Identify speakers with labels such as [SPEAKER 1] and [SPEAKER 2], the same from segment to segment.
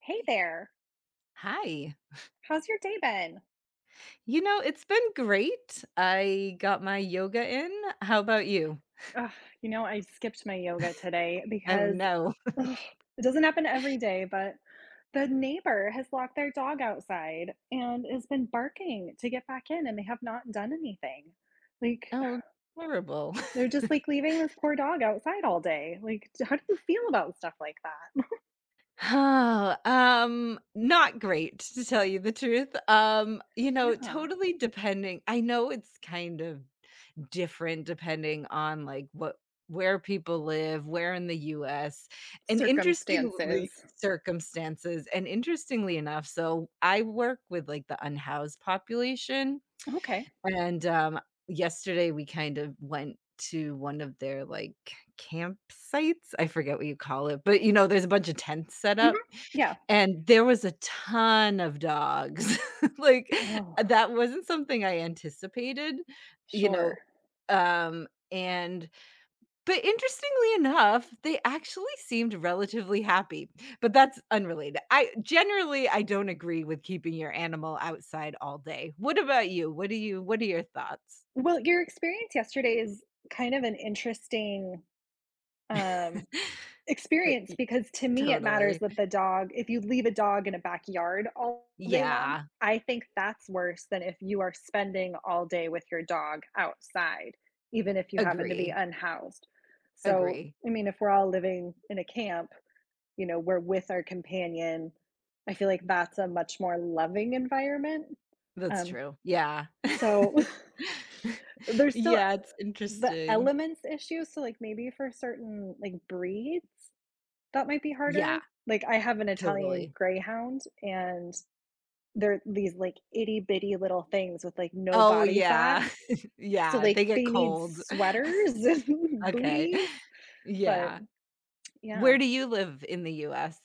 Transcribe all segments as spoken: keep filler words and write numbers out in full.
[SPEAKER 1] Hey there.
[SPEAKER 2] Hi.
[SPEAKER 1] How's your day been?
[SPEAKER 2] You know, it's been great. I got my yoga in. How about you?
[SPEAKER 1] Ugh, you know, I skipped my yoga today
[SPEAKER 2] Oh
[SPEAKER 1] because
[SPEAKER 2] no.
[SPEAKER 1] ugh, it doesn't happen every day, but the neighbor has locked their dog outside and has been barking to get back in, and they have not done anything. Like,
[SPEAKER 2] Oh, terrible.
[SPEAKER 1] they're just like leaving this poor dog outside all day. Like, how do you feel about stuff like that?
[SPEAKER 2] Oh, um, not great to tell you the truth. Um, you know,
[SPEAKER 1] Yeah,
[SPEAKER 2] totally depending. I know it's kind of different depending on like what where people live, where in the U S, and interestingly
[SPEAKER 1] circumstances.
[SPEAKER 2] circumstances. And interestingly enough, so I work with like the unhoused population.
[SPEAKER 1] Okay.
[SPEAKER 2] And, um, yesterday we kind of went to one of their, like, campsites? I forget what you call it, but, you know, there's a bunch of tents set
[SPEAKER 1] Hmm.
[SPEAKER 2] up,
[SPEAKER 1] Yeah.
[SPEAKER 2] and there was a ton of dogs. Like,
[SPEAKER 1] Oh,
[SPEAKER 2] that wasn't something I anticipated, you know,
[SPEAKER 1] sure.
[SPEAKER 2] um, and but interestingly enough, they actually seemed relatively happy, but that's unrelated. I generally, I don't agree with keeping your animal outside all day. What about you? What do you what are your thoughts?
[SPEAKER 1] Well, your experience yesterday is kind of an interesting um,
[SPEAKER 2] The
[SPEAKER 1] experience
[SPEAKER 2] y
[SPEAKER 1] because to me it matters
[SPEAKER 2] Totally.
[SPEAKER 1] that the dog if you leave a dog in a backyard all day long,
[SPEAKER 2] Yeah,
[SPEAKER 1] I think that's worse than if you are spending all day with your dog outside, even if you happen to be
[SPEAKER 2] agree,
[SPEAKER 1] unhoused. So,
[SPEAKER 2] agree.
[SPEAKER 1] I mean, if we're all living in a camp, you know, we're with our companion. I feel like that's a much more loving environment.
[SPEAKER 2] That's
[SPEAKER 1] Um,
[SPEAKER 2] true. Yeah.
[SPEAKER 1] so there's still uh,
[SPEAKER 2] Yeah, it's
[SPEAKER 1] the
[SPEAKER 2] interesting.
[SPEAKER 1] elements issue. So, like maybe for certain like breeds, that might be
[SPEAKER 2] Yeah,
[SPEAKER 1] harder. Like, I have an Italian
[SPEAKER 2] totally.
[SPEAKER 1] greyhound, and they're these, like, itty bitty little things with, like, no
[SPEAKER 2] Oh,
[SPEAKER 1] body fat.
[SPEAKER 2] yeah.
[SPEAKER 1] So,
[SPEAKER 2] Yeah,
[SPEAKER 1] like,
[SPEAKER 2] they get
[SPEAKER 1] they need
[SPEAKER 2] cold.
[SPEAKER 1] sweaters and
[SPEAKER 2] Okay.
[SPEAKER 1] booties, but
[SPEAKER 2] Yeah.
[SPEAKER 1] yeah.
[SPEAKER 2] Where do you live in the U S?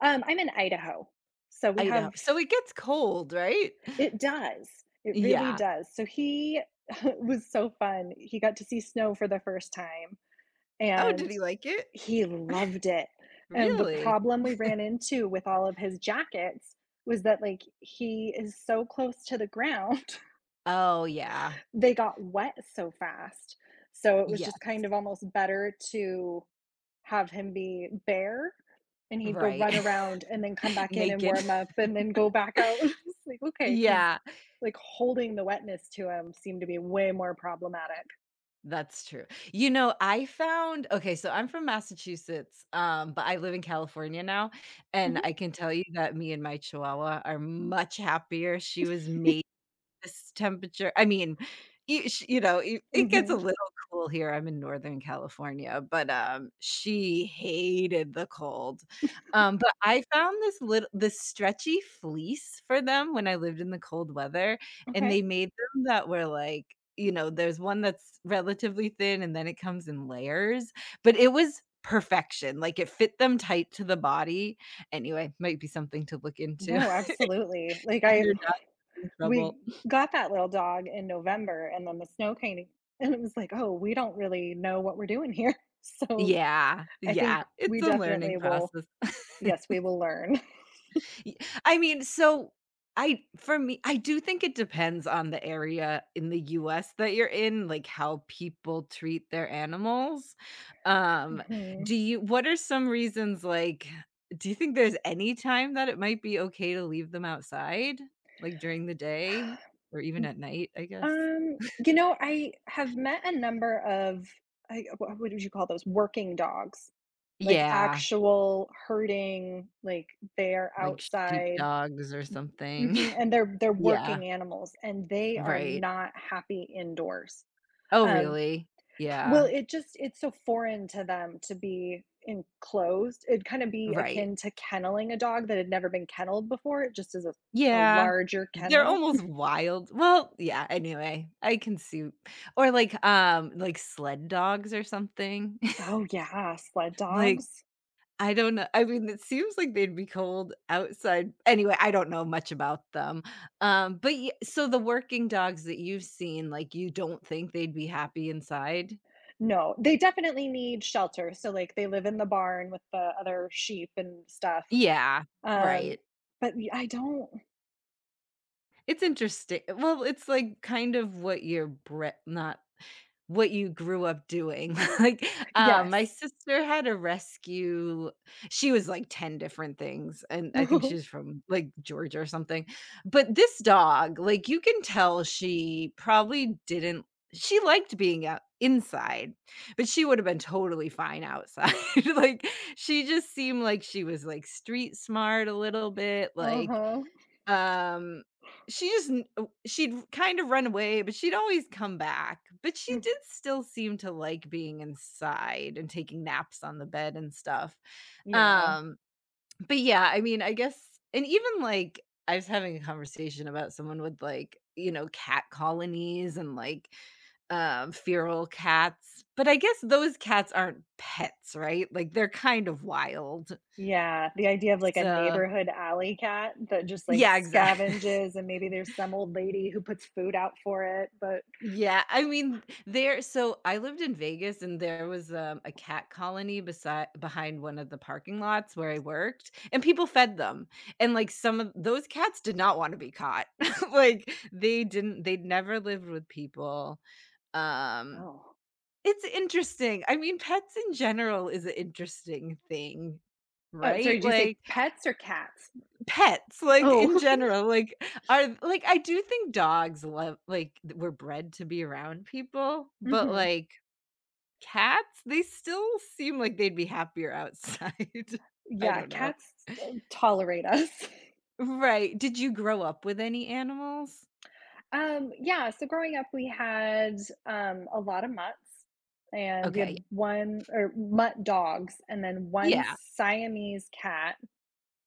[SPEAKER 1] Um, I'm in Idaho, so we
[SPEAKER 2] Idaho.
[SPEAKER 1] have
[SPEAKER 2] So it gets cold, right?
[SPEAKER 1] it does. It really
[SPEAKER 2] Yeah.
[SPEAKER 1] does. So he was so fun. He got to see snow for the first time,
[SPEAKER 2] Oh, did
[SPEAKER 1] and
[SPEAKER 2] he like it?
[SPEAKER 1] he loved it, and the
[SPEAKER 2] Really?
[SPEAKER 1] problem we ran into with all of his jackets was that, like, he is so close to the ground,
[SPEAKER 2] Oh, yeah.
[SPEAKER 1] they got wet so fast. So it was just
[SPEAKER 2] Yes,
[SPEAKER 1] kind of almost better to have him be bare, and he'd go
[SPEAKER 2] right.
[SPEAKER 1] run around and then come back in and
[SPEAKER 2] Naked.
[SPEAKER 1] warm up and then go back out. It was like, "Okay," 'cause,
[SPEAKER 2] Yeah,
[SPEAKER 1] like, holding the wetness to him seemed to be way more problematic.
[SPEAKER 2] that's true. You know, I found okay, so I'm from Massachusetts, um, but I live in California now, and
[SPEAKER 1] Mhm,
[SPEAKER 2] I can tell you that me and my chihuahua are much happier. She was made This temperature I mean, you sh you know, it it gets a
[SPEAKER 1] mhm,
[SPEAKER 2] little cool here, I'm in Northern California, but, um, she hated the cold. Um, but I found this little this stretchy fleece for them when I lived in the cold weather, and
[SPEAKER 1] okay.
[SPEAKER 2] they made them that were, like you know, there's one that's relatively thin and then it comes in layers, but it was perfection, like, it fit them tight to the body. Anyway, might be something to look into
[SPEAKER 1] No, absolutely. Like,
[SPEAKER 2] if your
[SPEAKER 1] I
[SPEAKER 2] dog's in trouble.
[SPEAKER 1] we got that little dog in November, and then the snow came, and it was like, "Oh, we don't really know what we're doing here." So
[SPEAKER 2] Yeah,
[SPEAKER 1] I think
[SPEAKER 2] yeah, it's
[SPEAKER 1] we
[SPEAKER 2] a learning
[SPEAKER 1] definitely will.
[SPEAKER 2] process.
[SPEAKER 1] Yes, we will learn.
[SPEAKER 2] Y I mean, so I for me, I do think it depends on the area in the U S that you're in, like, how people treat their animals. Um, do
[SPEAKER 1] Mhm.
[SPEAKER 2] you what are some reasons, like do you think there's any time that it might be okay to leave them outside? Like, during the day or even at night, I guess?
[SPEAKER 1] Um, you know, I have met a number of I, what would you call those? Working dogs, like
[SPEAKER 2] Yeah,
[SPEAKER 1] actual herding, like they're
[SPEAKER 2] like
[SPEAKER 1] outside,
[SPEAKER 2] sheepdogs or something.
[SPEAKER 1] mhm, and they're they're
[SPEAKER 2] Yeah,
[SPEAKER 1] working animals, and they are
[SPEAKER 2] right.
[SPEAKER 1] not happy indoors.
[SPEAKER 2] Oh,
[SPEAKER 1] Um,
[SPEAKER 2] really?
[SPEAKER 1] Well,
[SPEAKER 2] Yeah.
[SPEAKER 1] it just it's so foreign to them to be enclosed. It'd kinda be
[SPEAKER 2] Right.
[SPEAKER 1] akin to kenneling a dog that had never been kenneled before, it just is a a
[SPEAKER 2] Yeah.
[SPEAKER 1] larger
[SPEAKER 2] They're
[SPEAKER 1] kennel.
[SPEAKER 2] almost wild. Well, yeah, anyway, I can see or like, um, like sled dogs or something.
[SPEAKER 1] Oh, yeah, sled
[SPEAKER 2] Like,
[SPEAKER 1] dogs.
[SPEAKER 2] I don't know. I mean, it seems like they'd be cold outside. Anyway, I don't know much about them. Um, but y so the working dogs that you've seen, like, you don't think they'd be happy inside?
[SPEAKER 1] No, they definitely need shelter, so, like, they live in the barn with the other sheep and stuff,
[SPEAKER 2] Yeah,
[SPEAKER 1] um,
[SPEAKER 2] right.
[SPEAKER 1] but y I don't.
[SPEAKER 2] It's interesting well, it's like kind of what your bre not what you grew up doing. Like, um, my
[SPEAKER 1] Yes.
[SPEAKER 2] sister had a rescue she was like ten different things, and I think she's from, like, Georgia or something. But this dog, like, you can tell she probably didn't she liked being out inside, but she would have been totally fine outside. Like, she just seemed like she was, like, street smart a little bit, like,
[SPEAKER 1] Uh-huh.
[SPEAKER 2] um, she just n uh, she'd kind of run away, but she'd always come back, but she
[SPEAKER 1] Mhm.
[SPEAKER 2] did still seem to like being inside and taking naps on the bed and stuff.
[SPEAKER 1] Yeah.
[SPEAKER 2] Um, but yeah, I mean, I guess and even, like, I was having a conversation about someone with, like, you know, cat colonies and, like, um, feral cats, but I guess those cats aren't pets, right? Like, they're kind of wild.
[SPEAKER 1] Yeah, the idea of, like, a
[SPEAKER 2] So
[SPEAKER 1] neighborhood alley cat that just, like,
[SPEAKER 2] Yeah, exactly.
[SPEAKER 1] scavenges, and maybe there's some old lady who puts food out for it, but
[SPEAKER 2] Yeah, I mean, there so I lived in Vegas and there was, um, a cat colony beside behind one of the parking lots where I worked, and people fed them, and, like, some of those cats did not wanna be caught. Like, they didn't they'd never lived with people. Um,
[SPEAKER 1] oh.
[SPEAKER 2] it's interesting. I mean, pets in general is an interesting thing,
[SPEAKER 1] Uh, sorry,
[SPEAKER 2] right?
[SPEAKER 1] did you
[SPEAKER 2] Like
[SPEAKER 1] say pets or cats?
[SPEAKER 2] pets, like,
[SPEAKER 1] Oh.
[SPEAKER 2] in general, like, are like, I do think dogs love like, th- were bred to be around people, but,
[SPEAKER 1] Mhm.
[SPEAKER 2] like, cats, they still seem like they'd be happier outside. I
[SPEAKER 1] Yeah,
[SPEAKER 2] don't know.
[SPEAKER 1] cats, uh, tolerate us.
[SPEAKER 2] Right. Did you grow up with any animals?
[SPEAKER 1] Um, yeah, so growing up, we had, um, a lot of mutts, and we
[SPEAKER 2] Okay.
[SPEAKER 1] had one or mutt dogs, and then one
[SPEAKER 2] Yeah.
[SPEAKER 1] Siamese cat,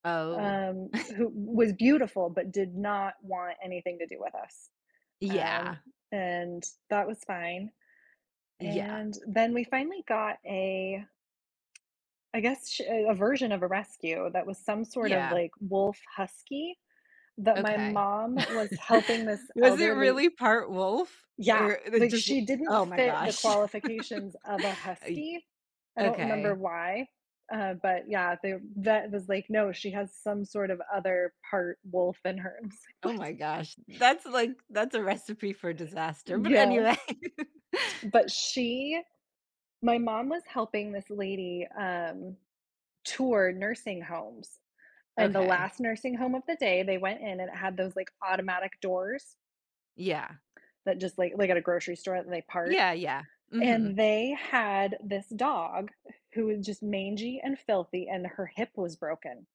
[SPEAKER 2] Oh,
[SPEAKER 1] um, who was beautiful, but did not want anything to do with us, um,
[SPEAKER 2] yeah.
[SPEAKER 1] and that was fine,
[SPEAKER 2] Yeah.
[SPEAKER 1] and then we finally got a I guess sh a version of a rescue that was some sort of,
[SPEAKER 2] Yeah.
[SPEAKER 1] like, wolf husky that my
[SPEAKER 2] Okay.
[SPEAKER 1] mom was helping this
[SPEAKER 2] Was it
[SPEAKER 1] elderly.
[SPEAKER 2] really part wolf? Or
[SPEAKER 1] Yeah,
[SPEAKER 2] it
[SPEAKER 1] like,
[SPEAKER 2] just
[SPEAKER 1] she didn't
[SPEAKER 2] Oh my
[SPEAKER 1] fit the
[SPEAKER 2] gosh.
[SPEAKER 1] qualifications of a
[SPEAKER 2] I
[SPEAKER 1] husky. I don't remember
[SPEAKER 2] okay.
[SPEAKER 1] why, uh, but yeah, the vet was like, "No, she has some sort of other part wolf in her." I was like,
[SPEAKER 2] Oh
[SPEAKER 1] "What?"
[SPEAKER 2] my gosh, that's like that's a recipe for disaster, but
[SPEAKER 1] Yeah,
[SPEAKER 2] anyway.
[SPEAKER 1] but she my mom was helping this lady, um, tour nursing homes, and the
[SPEAKER 2] Okay.
[SPEAKER 1] last nursing home of the day, they went in and it had those, like, automatic doors
[SPEAKER 2] Yeah.
[SPEAKER 1] that just, like like at a grocery store, and they part.
[SPEAKER 2] Yeah, yeah. Mhm.
[SPEAKER 1] And they had this dog who was just mangy and filthy, and her hip was broken.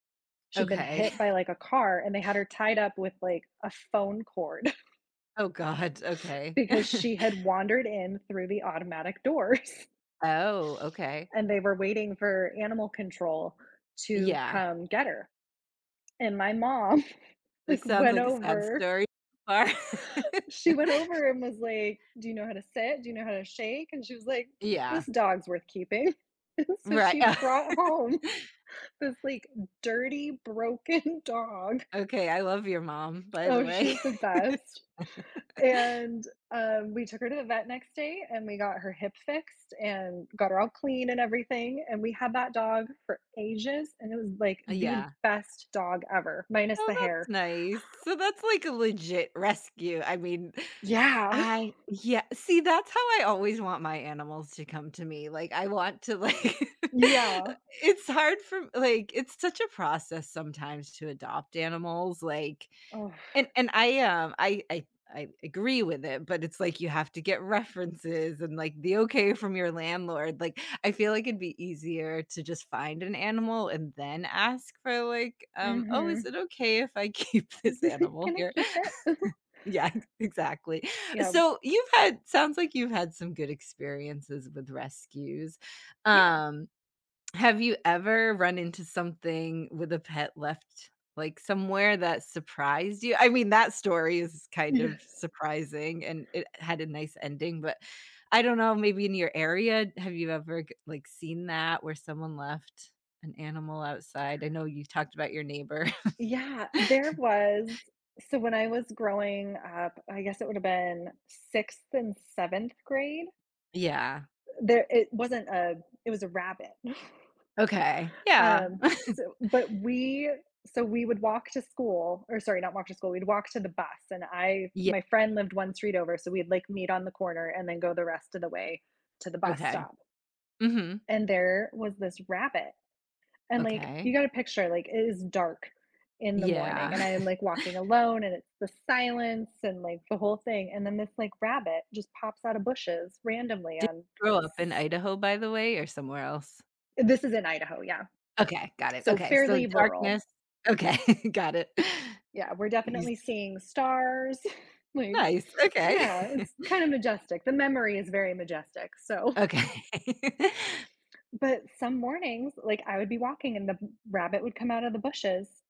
[SPEAKER 1] She'd been
[SPEAKER 2] Okay.
[SPEAKER 1] hit by like a car, and they had her tied up with like a phone cord
[SPEAKER 2] Oh god, okay.
[SPEAKER 1] because she had wandered in through the automatic doors
[SPEAKER 2] Oh, okay.
[SPEAKER 1] and they were waiting for animal control to
[SPEAKER 2] Yeah.
[SPEAKER 1] come get her. And my mom, like,
[SPEAKER 2] This sounds
[SPEAKER 1] went
[SPEAKER 2] like a sad
[SPEAKER 1] over.
[SPEAKER 2] story so far.
[SPEAKER 1] She went over and was like, do you know how to sit? Do you know how to shake? And she was like,
[SPEAKER 2] Yeah.
[SPEAKER 1] this dog's worth keeping. So
[SPEAKER 2] Right.
[SPEAKER 1] she brought home this like dirty, broken dog.
[SPEAKER 2] Okay, I love your mom, by the
[SPEAKER 1] Oh,
[SPEAKER 2] way.
[SPEAKER 1] she's the best. And um, we took her to the vet next day and we got her hip fixed and got her all clean and everything. And we had that dog for ages and it was like the
[SPEAKER 2] Yeah.
[SPEAKER 1] best dog ever, minus the
[SPEAKER 2] Oh, that's
[SPEAKER 1] hair.
[SPEAKER 2] nice. So that's like a legit rescue. I mean
[SPEAKER 1] Yeah.
[SPEAKER 2] I yeah, see, that's how I always want my animals to come to me, like, I want to, like
[SPEAKER 1] Yeah.
[SPEAKER 2] it's hard for like, it's such a process sometimes to adopt animals, like
[SPEAKER 1] Oh.
[SPEAKER 2] and and I, um, I I I agree with it, but it's like you have to get references and, like, the okay from your landlord, like, I feel like it'd be easier to just find an animal and then ask for, like, um, "Oh,
[SPEAKER 1] Mm-hmm.
[SPEAKER 2] is it okay if I keep this animal
[SPEAKER 1] Can I
[SPEAKER 2] here?"
[SPEAKER 1] keep it?
[SPEAKER 2] Yeah, exactly.
[SPEAKER 1] Yeah.
[SPEAKER 2] So you've had sounds like you've had some good experiences with rescues.
[SPEAKER 1] Yeah.
[SPEAKER 2] Um, have you ever run into something with a pet left, like, somewhere that surprised you? I mean, that story is kind
[SPEAKER 1] Yeah.
[SPEAKER 2] of surprising, and it had a nice ending, but I don't know, maybe in your area, have you ever g like, seen that where someone left an animal outside? I know you talked about your neighbor.
[SPEAKER 1] Yeah, there was so when I was growing up, I guess it would have been sixth and seventh grade,
[SPEAKER 2] Yeah.
[SPEAKER 1] there it wasn't a it was a rabbit.
[SPEAKER 2] Okay. Yeah.
[SPEAKER 1] Um, so but we so we would walk to school or sorry, not walk to school, we'd walk to the bus and I
[SPEAKER 2] Yeah,
[SPEAKER 1] my friend lived one street over, so we'd like meet on the corner and then go the rest of the way to the bus
[SPEAKER 2] okay.
[SPEAKER 1] stop.
[SPEAKER 2] Mhm.
[SPEAKER 1] And there was this rabbit. And, like, you
[SPEAKER 2] Okay.
[SPEAKER 1] gotta picture, like, it is dark in the morning,
[SPEAKER 2] Yeah.
[SPEAKER 1] and I am, like, walking alone, and it's the silence and, like, the whole thing, and then this, like, rabbit just pops out of bushes randomly
[SPEAKER 2] Did
[SPEAKER 1] on
[SPEAKER 2] you grow up in Idaho, by the way, or somewhere else?
[SPEAKER 1] this is in Idaho, yeah.
[SPEAKER 2] Okay, got it.
[SPEAKER 1] So
[SPEAKER 2] Okay, so
[SPEAKER 1] fairly rural.
[SPEAKER 2] darkness okay, got it.
[SPEAKER 1] Yeah, we're
[SPEAKER 2] Yous
[SPEAKER 1] definitely seeing stars, like
[SPEAKER 2] nice, okay.
[SPEAKER 1] yeah, it's kinda majestic. The memory is very majestic, so
[SPEAKER 2] Okay.
[SPEAKER 1] but some mornings, like, I would be walking, and the rabbit would come out of the bushes,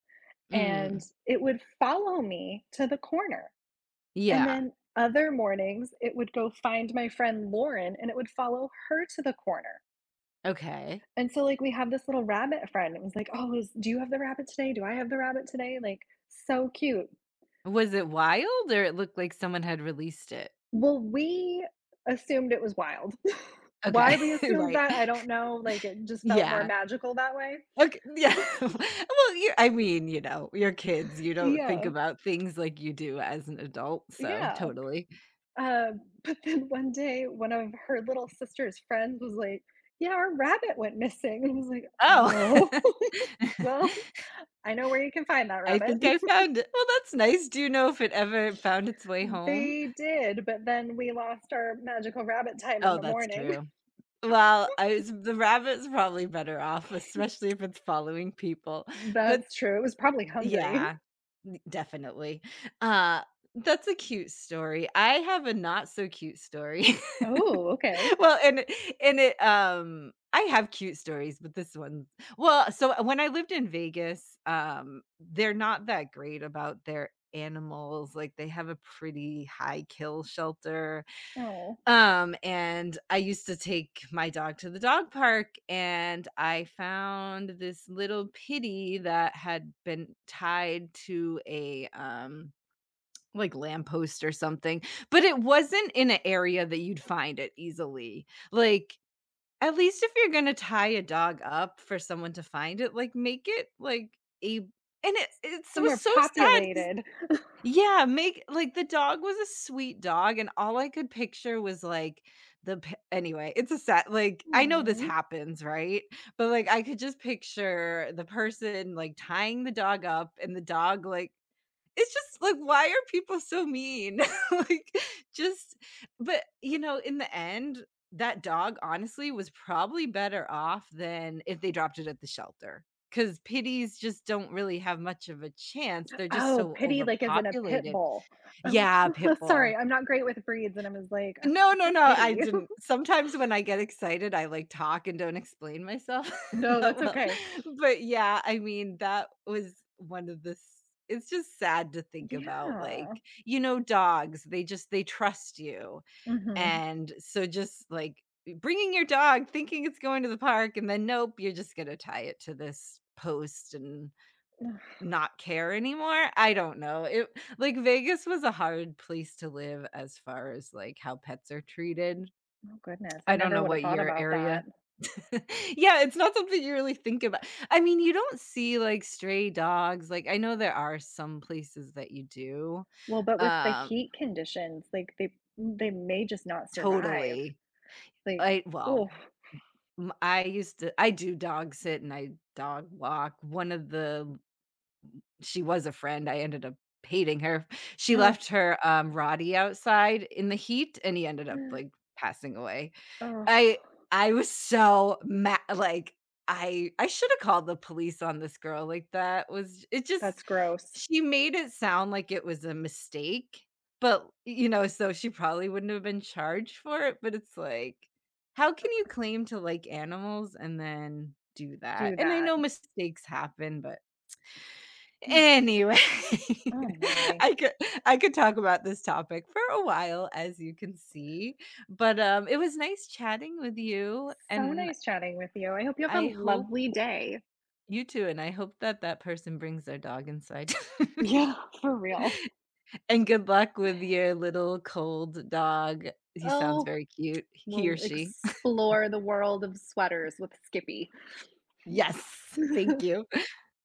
[SPEAKER 1] and
[SPEAKER 2] Mm,
[SPEAKER 1] it would follow me to the corner. And
[SPEAKER 2] yeah,
[SPEAKER 1] then other mornings, it would go find my friend Lauren and it would follow her to the corner.
[SPEAKER 2] okay.
[SPEAKER 1] And so, like, we have this little rabbit friend. It was like, oh, is, do you have the rabbit today? Do I have the rabbit today? Like, so cute.
[SPEAKER 2] Was it wild or it looked like someone had released it?
[SPEAKER 1] Well, we assumed it was wild.
[SPEAKER 2] Okay,
[SPEAKER 1] Why we assumed
[SPEAKER 2] right.
[SPEAKER 1] that, I don't know. Like, it just felt more
[SPEAKER 2] Yeah.
[SPEAKER 1] magical that way.
[SPEAKER 2] Okay, yeah. Well, you I mean, you know, you're kids, you don't think
[SPEAKER 1] Yeah,
[SPEAKER 2] about things like you do as an adult, so
[SPEAKER 1] yeah.
[SPEAKER 2] totally.
[SPEAKER 1] Uh, but then one day, one of her little sister's friends was like, yeah, our rabbit went missing. And I was like,
[SPEAKER 2] Oh.
[SPEAKER 1] oh, well. I know where you can find that
[SPEAKER 2] I
[SPEAKER 1] rabbit.
[SPEAKER 2] think I found it. Well, that's nice. Do you know if it ever found its way home?
[SPEAKER 1] They did, but then we lost our magical rabbit time in
[SPEAKER 2] Oh,
[SPEAKER 1] the
[SPEAKER 2] that's
[SPEAKER 1] morning.
[SPEAKER 2] true. Well, I was the rabbit's probably better off, especially if it's following people. But
[SPEAKER 1] That's true. It was probably hungry.
[SPEAKER 2] yeah, definitely. Uh, that's a cute story. I have a not so cute story.
[SPEAKER 1] Oh, okay.
[SPEAKER 2] Well, and and it, um I have cute stories, but this one well, so uh, when I lived in Vegas, um, they're not that great about their animals, like, they have a pretty high kill shelter,
[SPEAKER 1] Oh,
[SPEAKER 2] um, and I used to take my dog to the dog park, and I found this little pitty that had been tied to a, um, like, lamppost or something, but it wasn't in an area that you'd find it easily, like, at least if you're gonna tie a dog up for someone to find it, like, make it, like, a and it it's it was
[SPEAKER 1] somewhere
[SPEAKER 2] so sad 'cause
[SPEAKER 1] populated.
[SPEAKER 2] yeah, make like, the dog was a sweet dog, and all I could picture was, like, the p anyway, it's a sad like, I know this
[SPEAKER 1] Hmm.
[SPEAKER 2] happens, right? But, like, I could just picture the person, like, tying the dog up and the dog, like it's just like, why are people so mean? Like, just but, you know, in the end, that dog honestly was probably better off than if they dropped it at the shelter, because pitties just don't really have much of a chance, they're just
[SPEAKER 1] Oh,
[SPEAKER 2] so
[SPEAKER 1] pity like as in a pit
[SPEAKER 2] overpopulated.
[SPEAKER 1] bull. Oh,
[SPEAKER 2] Yeah, pit
[SPEAKER 1] sorry,
[SPEAKER 2] bull.
[SPEAKER 1] I'm not great with breeds, and I was like, "Oh,
[SPEAKER 2] No,
[SPEAKER 1] what's
[SPEAKER 2] no,
[SPEAKER 1] a
[SPEAKER 2] no, I
[SPEAKER 1] pity?
[SPEAKER 2] didn't. Sometimes when I get excited, I, like, talk and don't explain myself
[SPEAKER 1] No,
[SPEAKER 2] that
[SPEAKER 1] that's
[SPEAKER 2] well.
[SPEAKER 1] okay.
[SPEAKER 2] But, yeah, I mean, that was one of the s it's just sad to think about,
[SPEAKER 1] Yeah.
[SPEAKER 2] like, you know, dogs, they just they trust you.
[SPEAKER 1] Hmm.
[SPEAKER 2] And so just, like, bringing your dog, thinking it's going to the park, and then, nope, you're just gonna tie it to this post and
[SPEAKER 1] Oh
[SPEAKER 2] not care anymore? I don't know. It like, Vegas was a hard place to live as far as, like, how pets are treated.
[SPEAKER 1] goodness, I
[SPEAKER 2] I don't
[SPEAKER 1] never
[SPEAKER 2] know
[SPEAKER 1] would have
[SPEAKER 2] what
[SPEAKER 1] thought
[SPEAKER 2] your
[SPEAKER 1] about
[SPEAKER 2] area
[SPEAKER 1] that.
[SPEAKER 2] Yeah, it's not something you really think about. I mean, you don't see, like, stray dogs, like, I know there are some places that you do.
[SPEAKER 1] Well, but with the
[SPEAKER 2] Um
[SPEAKER 1] heat conditions, like, they mm, they may just not survive,
[SPEAKER 2] Totally.
[SPEAKER 1] like,
[SPEAKER 2] I well,
[SPEAKER 1] oh
[SPEAKER 2] m I used to I do dog sit and I dog walk. One of the She was a friend, I ended up hating her. She
[SPEAKER 1] no,
[SPEAKER 2] left her, um, Roddy outside in the heat, and he ended up, like, passing away.
[SPEAKER 1] oh,
[SPEAKER 2] I I was so mad. Like, I I shoulda called the police on this girl, like, that was it just
[SPEAKER 1] that's gross.
[SPEAKER 2] she made it sound like it was a mistake, but, you know, so she probably wouldn't have been charged for it, but it's like, how can you claim to like animals and then do that?
[SPEAKER 1] Do
[SPEAKER 2] And I
[SPEAKER 1] that.
[SPEAKER 2] know mistakes happen, but anyway,
[SPEAKER 1] Oh my.
[SPEAKER 2] I could I could talk about this topic for a while, as you can see, but, um, it was nice chatting with you,
[SPEAKER 1] So
[SPEAKER 2] and
[SPEAKER 1] nice chatting with you. I hope you have a
[SPEAKER 2] I hope
[SPEAKER 1] lovely day.
[SPEAKER 2] you too, and I hope that that person brings their dog inside.
[SPEAKER 1] Yeah, for real.
[SPEAKER 2] And good luck with your little cold dog. He sounds
[SPEAKER 1] Oh,
[SPEAKER 2] very cute, he or
[SPEAKER 1] we'll
[SPEAKER 2] she.
[SPEAKER 1] explore the world of sweaters with Skippy.
[SPEAKER 2] Yes, thank you.